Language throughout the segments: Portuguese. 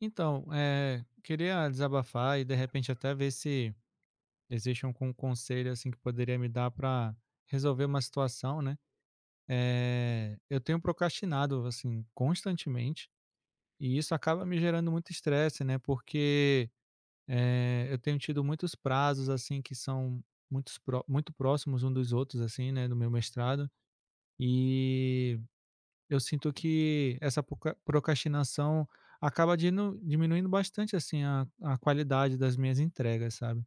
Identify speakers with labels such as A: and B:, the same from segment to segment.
A: Então, queria desabafar e de repente até ver se existe um conselho assim que poderia me dar para resolver uma situação, né? Eu tenho procrastinado assim constantemente e isso acaba me gerando muito estresse, né? Porque eu tenho tido muitos prazos assim que são muito próximos um dos outros assim, né? Do meu mestrado, e eu sinto que essa poca procrastinação acaba dinu diminuindo bastante, assim, a qualidade das minhas entregas, sabe.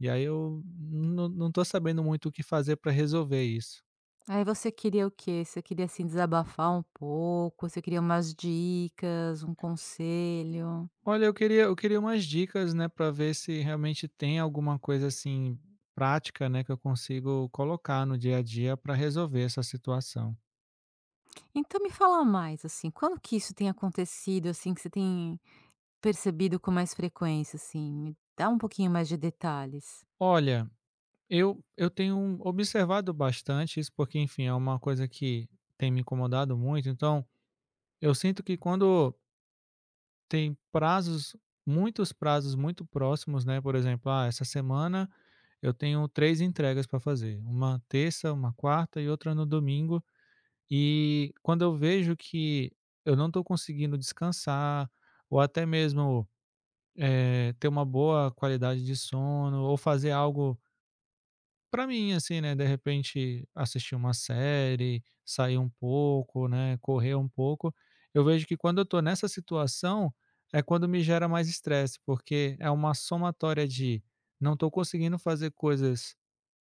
A: E aí eu não tô sabendo muito o que fazer para resolver isso.
B: Aí você queria o quê? Você queria, assim, desabafar um pouco? Você queria umas dicas, um conselho?
A: Olha, eu queria umas dicas, né, para ver se realmente tem alguma coisa, assim, prática, né, que eu consigo colocar no dia a dia para resolver essa situação.
B: Então me fala mais, assim, quando que isso tem acontecido, assim, que você tem percebido com mais frequência, assim? Me dá um pouquinho mais de detalhes.
A: Olha, eu tenho observado bastante isso, porque, enfim, é uma coisa que tem me incomodado muito, então eu sinto que quando tem prazos, muitos prazos muito próximos, né, por exemplo: "Ah, essa semana eu tenho 3 entregas para fazer, uma terça, uma quarta e outra no domingo". E quando eu vejo que eu não estou conseguindo descansar, ou até mesmo, ter uma boa qualidade de sono, ou fazer algo pra mim, assim, né, de repente assistir uma série, sair um pouco, né, correr um pouco, eu vejo que quando eu tô nessa situação, é quando me gera mais estresse, porque é uma somatória de não tô conseguindo fazer coisas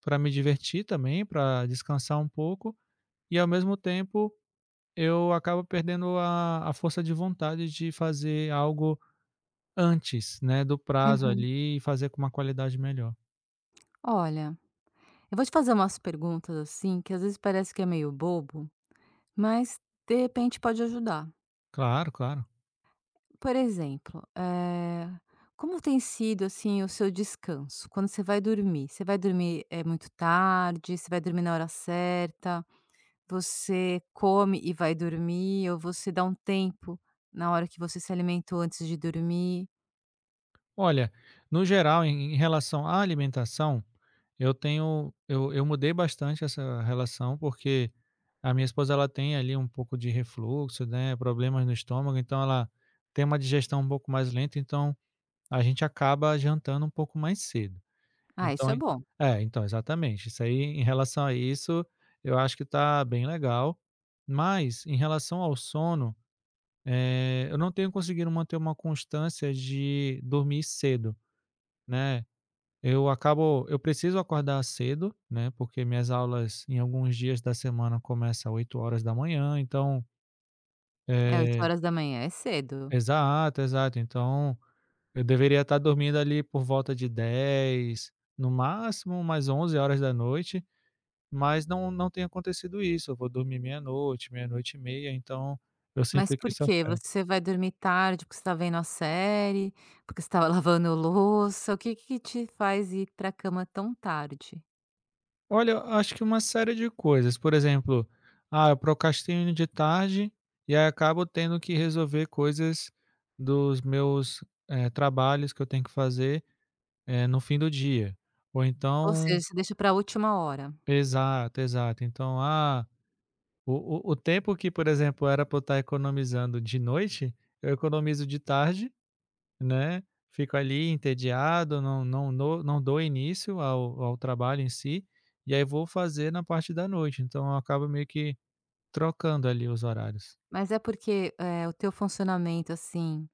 A: pra me divertir também, pra descansar um pouco, e ao mesmo tempo eu acabo perdendo a força de vontade de fazer algo antes, né, do prazo
B: Uhum.
A: ali e fazer com uma qualidade melhor.
B: Olha, eu vou te fazer umas perguntas, assim, que às vezes parece que é meio bobo, mas de repente pode ajudar.
A: Claro, claro.
B: Por exemplo, como tem sido, assim, o seu descanso? Quando você vai dormir, é muito tarde? Você vai dormir na hora certa? Você come e vai dormir ou você dá um tempo na hora que você se alimentou antes de dormir?
A: Olha, no geral, em relação à alimentação, eu tenho eu mudei bastante essa relação, porque a minha esposa, ela tem ali um pouco de refluxo, né, problemas no estômago, então ela tem uma digestão um pouco mais lenta, então a gente acaba jantando um pouco mais cedo.
B: Ah, isso
A: Então
B: é
A: e
B: bom.
A: é, então, exatamente. Isso aí, em relação a isso, eu acho que tá bem legal, mas em relação ao sono, eu não tenho conseguido manter uma constância de dormir cedo, né. Eu acabo, eu preciso acordar cedo, né, porque minhas aulas em alguns dias da semana começam às 8 horas da manhã. Então,
B: É oito
A: eh
B: horas da manhã, é cedo.
A: exato, exato. Então, eu deveria estar dormindo ali por volta de 10, no máximo mais 11 horas da noite. Mas não tem acontecido isso, eu vou dormir meia-noite, meia-noite e meia, então eu
B: Mas
A: sinto que
B: por
A: isso.
B: quê? Você vai dormir tarde porque você tá vendo a série, porque você estava lavando louça? O que que te faz ir para a cama tão tarde?
A: Olha, eu acho que uma série de coisas. Por exemplo, eu procrastino de tarde e aí acabo tendo que resolver coisas dos meus, trabalhos que eu tenho que fazer, no fim do dia. Ou
B: Ou seja,
A: então,
B: você deixa para a última hora?
A: exato, exato. Então, o o tempo que, por exemplo, era para eu estar economizando de noite, eu economizo de tarde, né, fico ali entediado, não dou início ao trabalho em si, e aí vou fazer na parte da noite, então eu acabo meio que trocando ali os horários.
B: Mas é porque, o teu funcionamento, assim,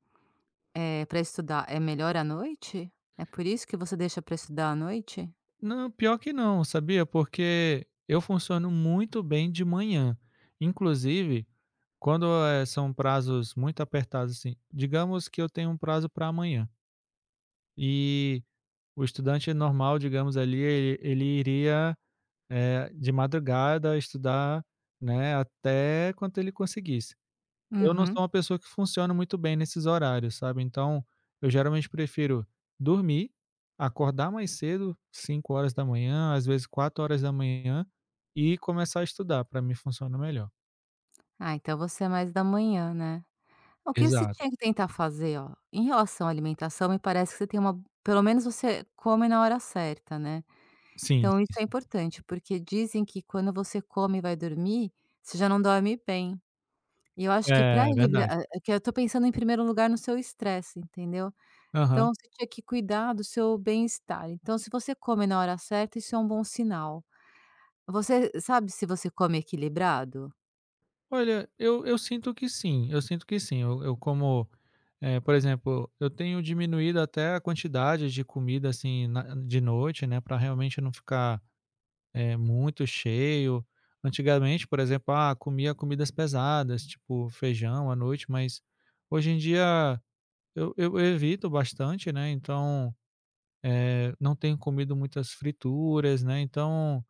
B: pra estudar é melhor à noite? É por isso que você deixa para estudar à noite?
A: Não, pior que não, sabia, porque eu funciono muito bem de manhã, inclusive quando, são prazos muito apertados, assim, digamos que eu tenho um prazo para amanhã, e o estudante normal, digamos ali, ele iria, de madrugada estudar, né, até quanto ele conseguisse. Eu não
B: Uhum.
A: sou uma pessoa que funciona muito bem nesses horários, sabe, então eu geralmente prefiro dormir, acordar mais cedo, 5 horas da manhã, às vezes 4 horas da manhã, e começar a estudar, para mim funciona melhor.
B: Ah, então você é mais da manhã, né. O que você
A: Exato.
B: tinha que tentar fazer, ó, em relação à alimentação, me parece que você tem uma pelo menos você come na hora certa, né.
A: Sim, sim,
B: Então isso é
A: sim.
B: importante, porque dizem que quando você come e vai dormir, você já não dorme bem. E eu acho que para
A: É,
B: livrar
A: verdade.
B: que eu tô pensando em primeiro lugar no seu estresse, entendeu? Então
A: Aham.
B: você tinha que cuidar do seu bem-estar. Então se você come na hora certa, isso é um bom sinal. Você sabe se você come equilibrado?
A: Olha, eu sinto que sim, eu sinto que sim, eu como. É, por exemplo, eu tenho diminuído até a quantidade de comida, assim, na de noite, né, para realmente não ficar, muito cheio. Antigamente, por exemplo, comia comidas pesadas, tipo feijão à noite, mas hoje em dia eu evito bastante, né, então, não tenho comido muitas frituras, né, então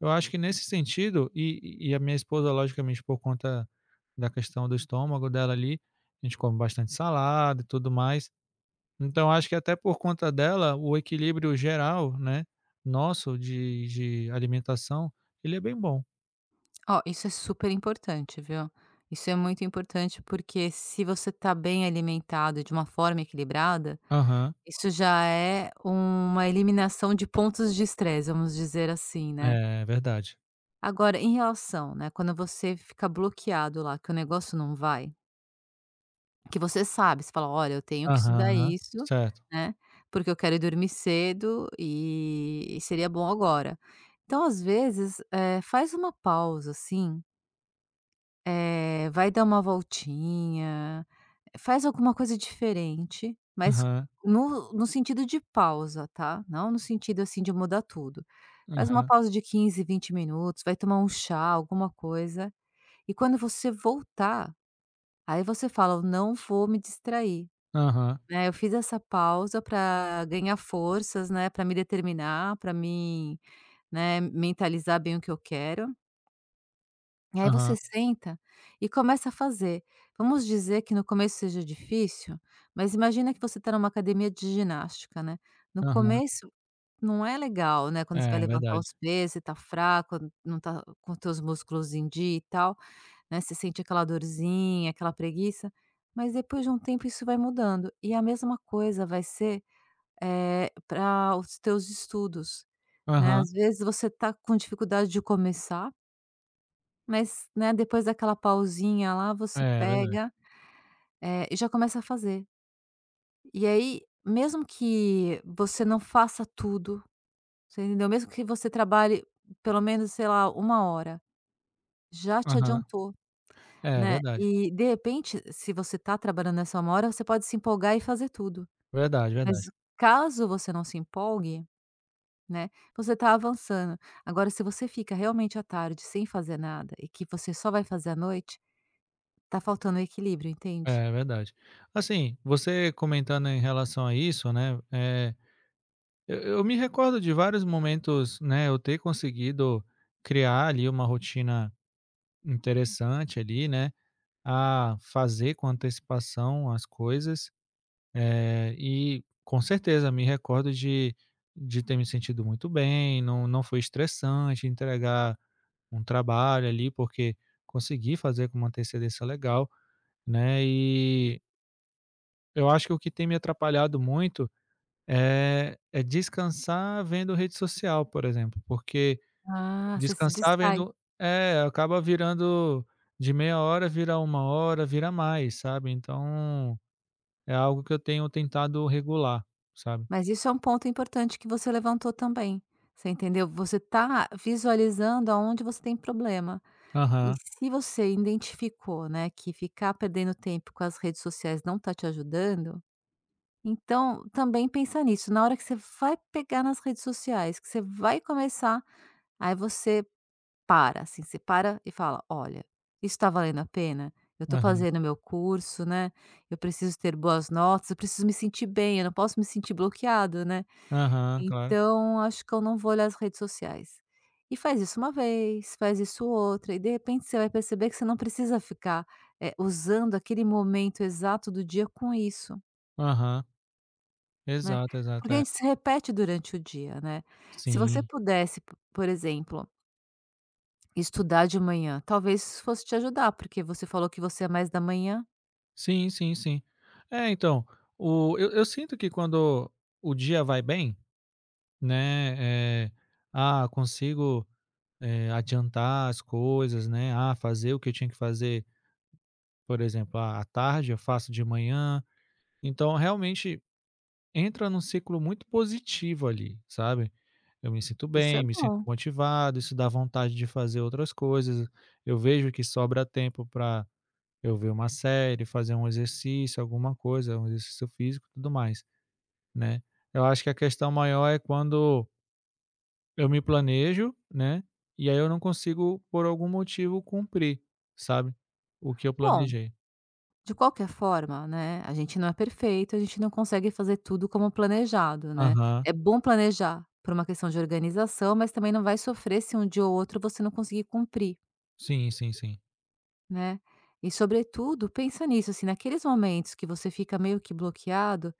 A: eu acho que nesse sentido, e a minha esposa, logicamente, por conta da questão do estômago dela ali, a gente come bastante salada e tudo mais, então acho que até por conta dela, o equilíbrio geral, né, nosso de alimentação, ele é bem bom.
B: Ó, isso é super importante, viu. Isso é muito importante, porque se você tá bem alimentado de uma forma equilibrada,
A: Aham.
B: isso já é uma eliminação de pontos de estresse, vamos dizer assim, né.
A: É, verdade.
B: Agora em relação, né, quando você fica bloqueado lá, que o negócio não vai. Que você sabe, você fala: "Olha, eu tenho que estudar
A: Aham,
B: isso,
A: certo.
B: né, porque eu quero ir dormir cedo e seria bom agora". Então, às vezes, faz uma pausa, assim, vai dar uma voltinha, faz alguma coisa diferente, mas
A: Aham,
B: no sentido de pausa, tá, não no sentido, assim, de mudar tudo. Faz uma
A: aham,
B: pausa de 15, 20 minutos, vai tomar um chá, alguma coisa, e quando você voltar, aí você fala: "Eu não vou me distrair".
A: aham,
B: Né, eu fiz essa pausa para ganhar forças, né, para me determinar, para me, né, mentalizar bem o que eu quero. E aí você
A: aham,
B: senta e começa a fazer. Vamos dizer que no começo seja difícil, mas imagina que você está numa academia de ginástica, né. No
A: aham.
B: começo não é legal, né, quando você vai
A: É, é
B: levantar
A: verdade.
B: os pesos, você tá fraco, não tá com os teus músculos em dia e tal, né, você sente aquela dorzinha, aquela preguiça, mas depois de um tempo isso vai mudando. E a mesma coisa vai ser para os teus estudos, né.
A: Aham.
B: Às vezes você tá com dificuldade de começar, mas, né, depois daquela pausinha lá você
A: É, é verdade.
B: pega, e já começa a fazer. E aí, mesmo que você não faça tudo, você entendeu? Mesmo que você trabalhe pelo menos, sei lá, uma hora, já te
A: Aham.
B: adiantou,
A: É, é
B: né.
A: verdade.
B: E de repente, se você tá trabalhando nessa 1 hora, você pode se empolgar e fazer tudo.
A: Verdade,
B: Mas
A: verdade.
B: caso você não se empolgue. Né, você está avançando. Agora se você fica realmente à tarde sem fazer nada e que você só vai fazer à noite, está faltando o equilíbrio, entende?
A: É, é verdade. Assim, você comentando em relação a isso, né, é, eu me recordo de vários momentos, né, eu ter conseguido criar ali uma rotina interessante ali, né, a fazer com antecipação as coisas. E com certeza me recordo de ter me sentido muito bem, não foi estressante entregar um trabalho ali, porque consegui fazer com uma antecedência legal, né, e eu acho que o que tem me atrapalhado muito é descansar vendo rede social, por exemplo, porque
B: Ah, você se
A: descansar
B: distrai.
A: vendo é, acaba virando de meia hora vira 1 hora, vira mais, sabe. Então, é algo que eu tenho tentado regular, sabe.
B: Mas isso é um ponto importante que você levantou também, você entendeu? Você está visualizando aonde você tem problema. E
A: Aham,
B: se você identificou, né, que ficar perdendo tempo com as redes sociais não está te ajudando, então também pensa nisso, na hora que você vai pegar nas redes sociais, que você vai começar, aí você para, assim, você para e fala: "Olha, isso está valendo a pena? Eu estou
A: aham,
B: fazendo meu curso, né, eu preciso ter boas notas, eu preciso me sentir bem, eu não posso me sentir bloqueado, né,
A: aham, claro.
B: então acho que eu não vou olhar as redes sociais". E faz isso uma vez, faz isso outra, e de repente você vai perceber que você não precisa ficar, usando aquele momento exato do dia com isso,
A: Aham.
B: né,
A: Exato, exato,
B: porque a
A: é.
B: gente se repete durante o dia, né. Se você
A: Sim.
B: pudesse, p por exemplo, estudar de manhã, talvez fosse te ajudar, porque você falou que você é mais da manhã.
A: Sim, sim, sim. É, então, o eu sinto que quando o dia vai bem, né, consigo, adiantar as coisas, né, fazer o que eu tinha que fazer, por exemplo, à tarde eu faço de manhã. Então, realmente entra num ciclo muito positivo ali, sabe. Eu me sinto
B: Isso é
A: bem, me sinto
B: bom.
A: motivado, isso dá vontade de fazer outras coisas, eu vejo que sobra tempo para eu ver uma série, fazer um exercício, alguma coisa, um exercício físico, tudo mais, né. Eu acho que a questão maior é quando eu me planejo, né, e aí eu não consigo, por algum motivo, cumprir, sabe, o que eu
B: Bom,
A: planejei.
B: de qualquer forma, né, a gente não é perfeito, a gente não consegue fazer tudo como planejado, né.
A: Aham.
B: É bom planejar por uma questão de organização, mas também não vai sofrer se um dia ou outro você não conseguir cumprir,
A: Sim, sim, sim.
B: né. E sobretudo, pensa nisso, assim, naqueles momentos que você fica meio que bloqueado,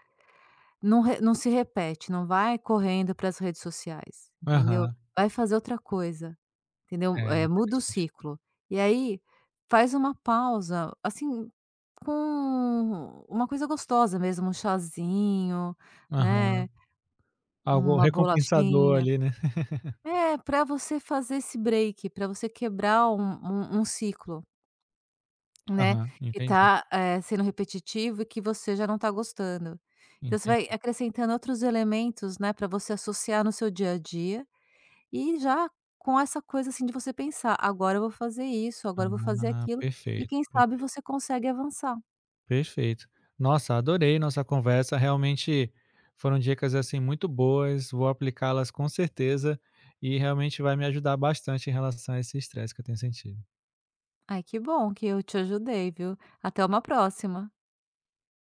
B: não re não se repete, não vai correndo para as redes sociais, entendeu.
A: Aham.
B: Vai fazer outra coisa. Entendeu?
A: É.
B: Muda o ciclo. E aí, faz uma pausa, assim, com uma coisa gostosa mesmo, um chazinho, né,
A: Aham. Algo
B: uma
A: recompensador
B: bolachinha.
A: ali, né.
B: É, para você fazer esse break, para você quebrar um ciclo, né,
A: Aham,
B: que
A: entendi,
B: tá, sendo repetitivo e que você já não tá gostando. Então você vai
A: entendi.
B: acrescentando outros elementos, né, para você associar no seu dia a dia. E já com essa coisa, assim, de você pensar: "Agora eu vou fazer isso, agora eu vou fazer
A: Ah,
B: aquilo", e
A: perfeito,
B: quem sabe
A: perfeito,
B: você consegue avançar.
A: perfeito. Nossa, adorei nossa conversa, realmente foram dicas, assim, muito boas, vou aplicá-las com certeza, e realmente vai me ajudar bastante em relação a esse estresse que eu tenho sentido.
B: Ai, que bom que eu te ajudei, viu. Até uma próxima.